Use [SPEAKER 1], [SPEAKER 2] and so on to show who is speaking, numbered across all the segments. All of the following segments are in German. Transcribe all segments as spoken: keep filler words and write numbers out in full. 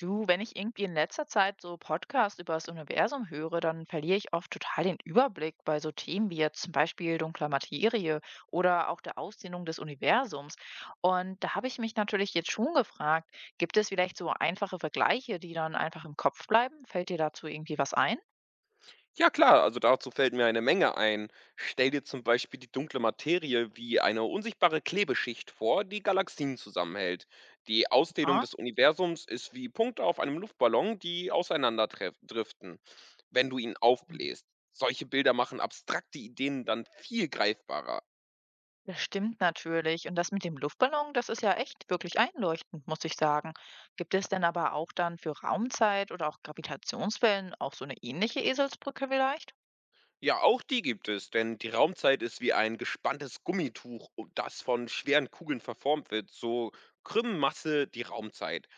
[SPEAKER 1] Du, wenn ich irgendwie in letzter Zeit so Podcasts über das Universum höre, dann verliere ich oft total den Überblick bei so Themen wie jetzt zum Beispiel dunkler Materie oder auch der Ausdehnung des Universums. Und da habe ich mich natürlich jetzt schon gefragt, gibt es vielleicht so einfache Vergleiche, die dann einfach im Kopf bleiben? Fällt dir dazu irgendwie was ein?
[SPEAKER 2] Ja klar, also dazu fällt mir eine Menge ein. Stell dir zum Beispiel die dunkle Materie wie eine unsichtbare Klebeschicht vor, die Galaxien zusammenhält. Die Ausdehnung
[SPEAKER 1] Ah.
[SPEAKER 2] des Universums ist wie Punkte auf einem Luftballon, die auseinanderdriften, wenn du ihn aufbläst. Solche Bilder machen abstrakte Ideen dann viel greifbarer.
[SPEAKER 1] Das stimmt natürlich. Und das mit dem Luftballon, das ist ja echt wirklich einleuchtend, muss ich sagen. Gibt es denn aber auch dann für Raumzeit oder auch Gravitationswellen auch so eine ähnliche Eselsbrücke vielleicht?
[SPEAKER 2] Ja, auch die gibt es, denn die Raumzeit ist wie ein gespanntes Gummituch, um- das von schweren Kugeln verformt wird. So krümmen Masse die Raumzeit.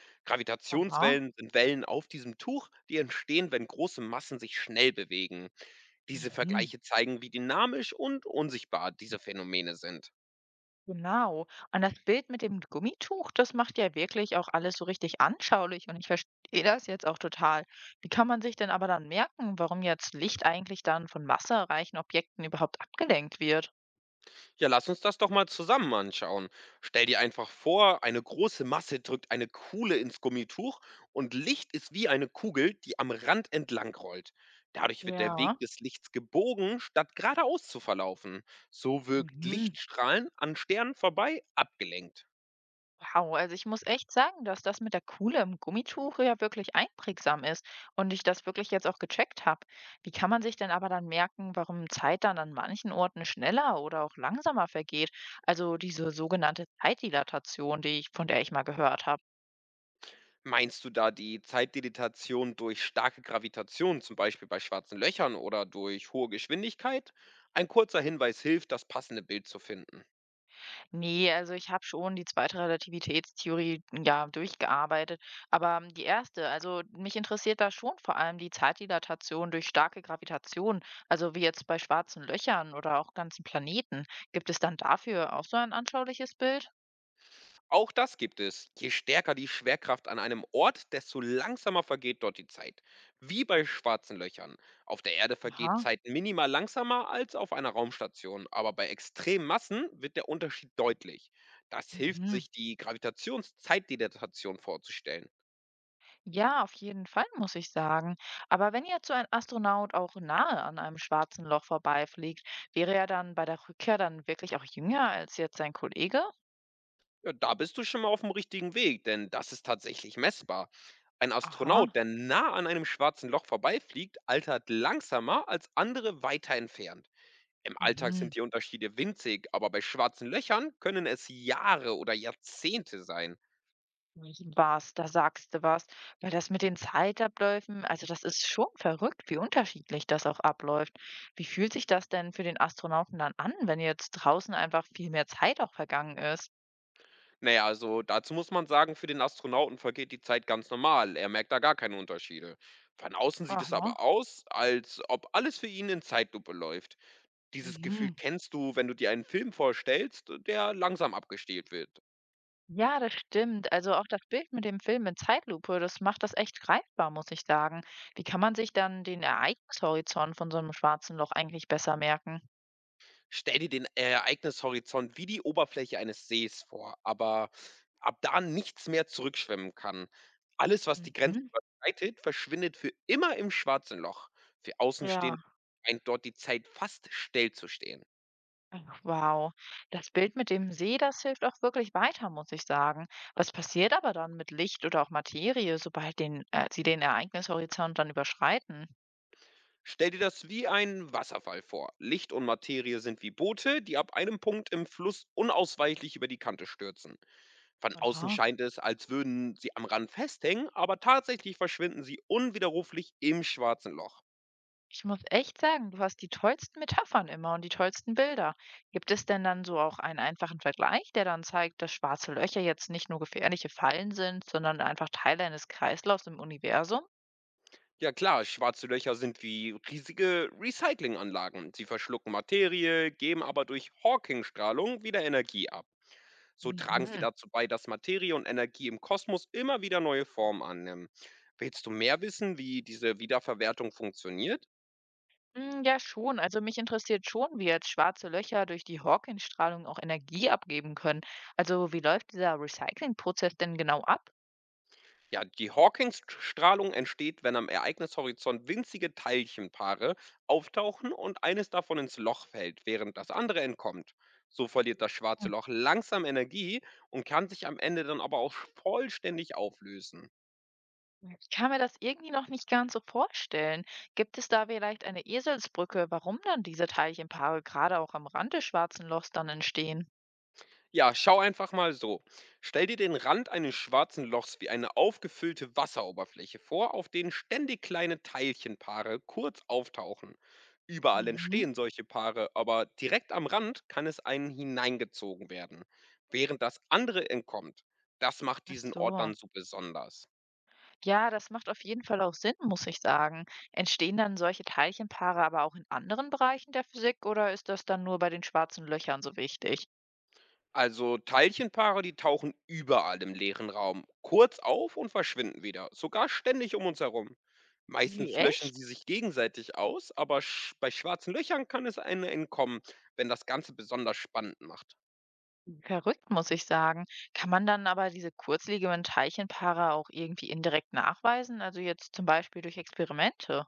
[SPEAKER 1] Aha.
[SPEAKER 2] Gravitationswellen sind Wellen auf diesem Tuch, die entstehen, wenn große Massen sich schnell bewegen. Diese
[SPEAKER 1] Mhm.
[SPEAKER 2] Vergleiche zeigen, wie dynamisch und unsichtbar diese Phänomene sind.
[SPEAKER 1] Genau. Und das Bild mit dem Gummituch, das macht ja wirklich auch alles so richtig anschaulich. Und ich verstehe das jetzt auch total. Wie kann man sich denn aber dann merken, warum jetzt Licht eigentlich dann von wasserreichen Objekten überhaupt abgelenkt wird?
[SPEAKER 2] Ja, lass uns das doch mal zusammen anschauen. Stell dir einfach vor, eine große Masse drückt eine Kuhle ins Gummituch und Licht ist wie eine Kugel, die am Rand entlang rollt. Dadurch wird der Weg
[SPEAKER 1] Ja.
[SPEAKER 2] des Lichts gebogen, statt geradeaus zu verlaufen. So wirkt
[SPEAKER 1] Mhm.
[SPEAKER 2] Lichtstrahlen an Sternen vorbei abgelenkt.
[SPEAKER 1] Wow, also ich muss echt sagen, dass das mit der Kuhle im Gummituch ja wirklich einprägsam ist und ich das wirklich jetzt auch gecheckt habe. Wie kann man sich denn aber dann merken, warum Zeit dann an manchen Orten schneller oder auch langsamer vergeht? Also diese sogenannte Zeitdilatation, die ich, von der ich mal gehört habe.
[SPEAKER 2] Meinst du da die Zeitdilatation durch starke Gravitation, zum Beispiel bei schwarzen Löchern oder durch hohe Geschwindigkeit? Ein kurzer Hinweis hilft, das passende Bild zu finden.
[SPEAKER 1] Nee, also ich habe schon die zweite Relativitätstheorie, ja, durchgearbeitet, aber ähm, die erste, also mich interessiert da schon vor allem die Zeitdilatation durch starke Gravitation, also wie jetzt bei schwarzen Löchern oder auch ganzen Planeten. Gibt es dann dafür auch so ein anschauliches Bild?
[SPEAKER 2] Auch das gibt es. Je stärker die Schwerkraft an einem Ort, desto langsamer vergeht dort die Zeit. Wie bei schwarzen Löchern. Auf der Erde vergeht
[SPEAKER 1] Aha.
[SPEAKER 2] Zeit minimal langsamer als auf einer Raumstation, aber bei extremen Massen wird der Unterschied deutlich. Das hilft
[SPEAKER 1] Mhm.
[SPEAKER 2] sich, die Gravitationszeitdilatation vorzustellen.
[SPEAKER 1] Ja, auf jeden Fall, muss ich sagen. Aber wenn jetzt so ein Astronaut auch nahe an einem schwarzen Loch vorbeifliegt, wäre er dann bei der Rückkehr dann wirklich auch jünger als jetzt sein Kollege?
[SPEAKER 2] Ja, da bist du schon mal auf dem richtigen Weg, denn das ist tatsächlich messbar. Ein Astronaut,
[SPEAKER 1] Aha.
[SPEAKER 2] der nah an einem schwarzen Loch vorbeifliegt, altert langsamer als andere weiter entfernt. Im Alltag
[SPEAKER 1] Mhm.
[SPEAKER 2] sind die Unterschiede winzig, aber bei schwarzen Löchern können es Jahre oder Jahrzehnte sein.
[SPEAKER 1] Was, da sagst du was. Weil das mit den Zeitabläufen, also das ist schon verrückt, wie unterschiedlich das auch abläuft. Wie fühlt sich das denn für den Astronauten dann an, wenn jetzt draußen einfach viel mehr Zeit auch vergangen ist?
[SPEAKER 2] Naja, also dazu muss man sagen, für den Astronauten vergeht die Zeit ganz normal. Er merkt da gar keine Unterschiede. Von außen sieht es aber
[SPEAKER 1] Aha.
[SPEAKER 2] aus, als ob alles für ihn in Zeitlupe läuft. Dieses Gefühl
[SPEAKER 1] Mhm.
[SPEAKER 2] kennst du, wenn du dir einen Film vorstellst, der langsam abgestellt wird.
[SPEAKER 1] Ja, das stimmt. Also auch das Bild mit dem Film in Zeitlupe, das macht das echt greifbar, muss ich sagen. Wie kann man sich dann den Ereignishorizont von so einem schwarzen Loch eigentlich besser merken?
[SPEAKER 2] Stell dir den äh, Ereignishorizont wie die Oberfläche eines Sees vor, aber ab da nichts mehr zurückschwimmen kann. Alles, was die Grenze
[SPEAKER 1] Mhm.
[SPEAKER 2] überschreitet, verschwindet für immer im schwarzen Loch. Für Außenstehende
[SPEAKER 1] Ja.
[SPEAKER 2] scheint dort die Zeit fast stillzustehen.
[SPEAKER 1] Ach, wow, das Bild mit dem See, das hilft auch wirklich weiter, muss ich sagen. Was passiert aber dann mit Licht oder auch Materie, sobald den, äh, sie den Ereignishorizont dann überschreiten?
[SPEAKER 2] Stell dir das wie einen Wasserfall vor. Licht und Materie sind wie Boote, die ab einem Punkt im Fluss unausweichlich über die Kante stürzen. Von außen
[SPEAKER 1] Aha.
[SPEAKER 2] scheint es, als würden sie am Rand festhängen, aber tatsächlich verschwinden sie unwiderruflich im schwarzen Loch.
[SPEAKER 1] Ich muss echt sagen, du hast die tollsten Metaphern immer und die tollsten Bilder. Gibt es denn dann so auch einen einfachen Vergleich, der dann zeigt, dass schwarze Löcher jetzt nicht nur gefährliche Fallen sind, sondern einfach Teile eines Kreislaufs im Universum?
[SPEAKER 2] Ja klar, schwarze Löcher sind wie riesige Recyclinganlagen. Sie verschlucken Materie, geben aber durch Hawking-Strahlung wieder Energie ab. So tragen sie
[SPEAKER 1] Mhm.
[SPEAKER 2] dazu bei, dass Materie und Energie im Kosmos immer wieder neue Formen annehmen. Willst du mehr wissen, wie diese Wiederverwertung funktioniert?
[SPEAKER 1] Hm, ja schon. Also mich interessiert schon, wie jetzt schwarze Löcher durch die Hawking-Strahlung auch Energie abgeben können. Also wie läuft dieser Recyclingprozess denn genau ab?
[SPEAKER 2] Ja, die hawking strahlung entsteht, wenn am Ereignishorizont winzige Teilchenpaare auftauchen und eines davon ins Loch fällt, während das andere entkommt. So verliert das schwarze
[SPEAKER 1] Hm.
[SPEAKER 2] Loch langsam Energie und kann sich am Ende dann aber auch vollständig auflösen.
[SPEAKER 1] Ich kann mir das irgendwie noch nicht ganz so vorstellen. Gibt es da vielleicht eine Eselsbrücke, warum dann diese Teilchenpaare gerade auch am Rand des schwarzen Lochs dann entstehen?
[SPEAKER 2] Ja, schau einfach mal so. Stell dir den Rand eines schwarzen Lochs wie eine aufgefüllte Wasseroberfläche vor, auf denen ständig kleine Teilchenpaare kurz auftauchen. Überall
[SPEAKER 1] Mhm.
[SPEAKER 2] entstehen solche Paare, aber direkt am Rand kann es einen hineingezogen werden, während das andere entkommt. Das macht
[SPEAKER 1] Ach
[SPEAKER 2] diesen Ort
[SPEAKER 1] so.
[SPEAKER 2] dann so besonders.
[SPEAKER 1] Ja, das macht auf jeden Fall auch Sinn, muss ich sagen. Entstehen dann solche Teilchenpaare aber auch in anderen Bereichen der Physik oder ist das dann nur bei den schwarzen Löchern so wichtig?
[SPEAKER 2] Also Teilchenpaare, die tauchen überall im leeren Raum kurz auf und verschwinden wieder, sogar ständig um uns herum.
[SPEAKER 1] Wie,
[SPEAKER 2] Meistens löschen sie
[SPEAKER 1] echt?
[SPEAKER 2] sich gegenseitig aus, aber sch bei schwarzen Löchern kann es einem entkommen, wenn das Ganze besonders spannend macht.
[SPEAKER 1] Verrückt, muss ich sagen. Kann man dann aber diese kurzlebigen Teilchenpaare auch irgendwie indirekt nachweisen? Also jetzt zum Beispiel durch Experimente?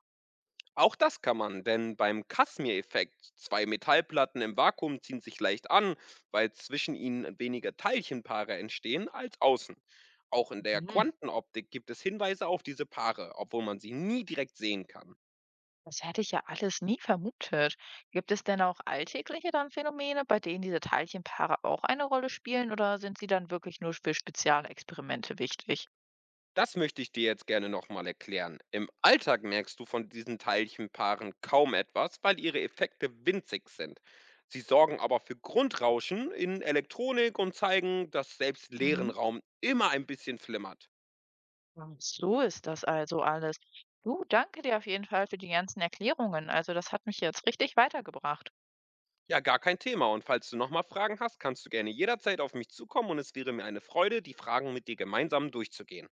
[SPEAKER 2] Auch das kann man, denn beim Casimir-Effekt, zwei Metallplatten im Vakuum ziehen sich leicht an, weil zwischen ihnen weniger Teilchenpaare entstehen als außen. Auch in der
[SPEAKER 1] Mhm.
[SPEAKER 2] Quantenoptik gibt es Hinweise auf diese Paare, obwohl man sie nie direkt sehen kann.
[SPEAKER 1] Das hätte ich ja alles nie vermutet. Gibt es denn auch alltägliche dann Phänomene, bei denen diese Teilchenpaare auch eine Rolle spielen oder sind sie dann wirklich nur für Spezialexperimente wichtig?
[SPEAKER 2] Das möchte ich dir jetzt gerne noch mal erklären. Im Alltag merkst du von diesen Teilchenpaaren kaum etwas, weil ihre Effekte winzig sind. Sie sorgen aber für Grundrauschen in Elektronik und zeigen, dass selbst leeren
[SPEAKER 1] Mhm.
[SPEAKER 2] Raum immer ein bisschen flimmert.
[SPEAKER 1] Ach, so ist das also alles. Du, danke dir auf jeden Fall für die ganzen Erklärungen. Also das hat mich jetzt richtig weitergebracht.
[SPEAKER 2] Ja, gar kein Thema. Und falls du noch mal Fragen hast, kannst du gerne jederzeit auf mich zukommen und es wäre mir eine Freude, die Fragen mit dir gemeinsam durchzugehen.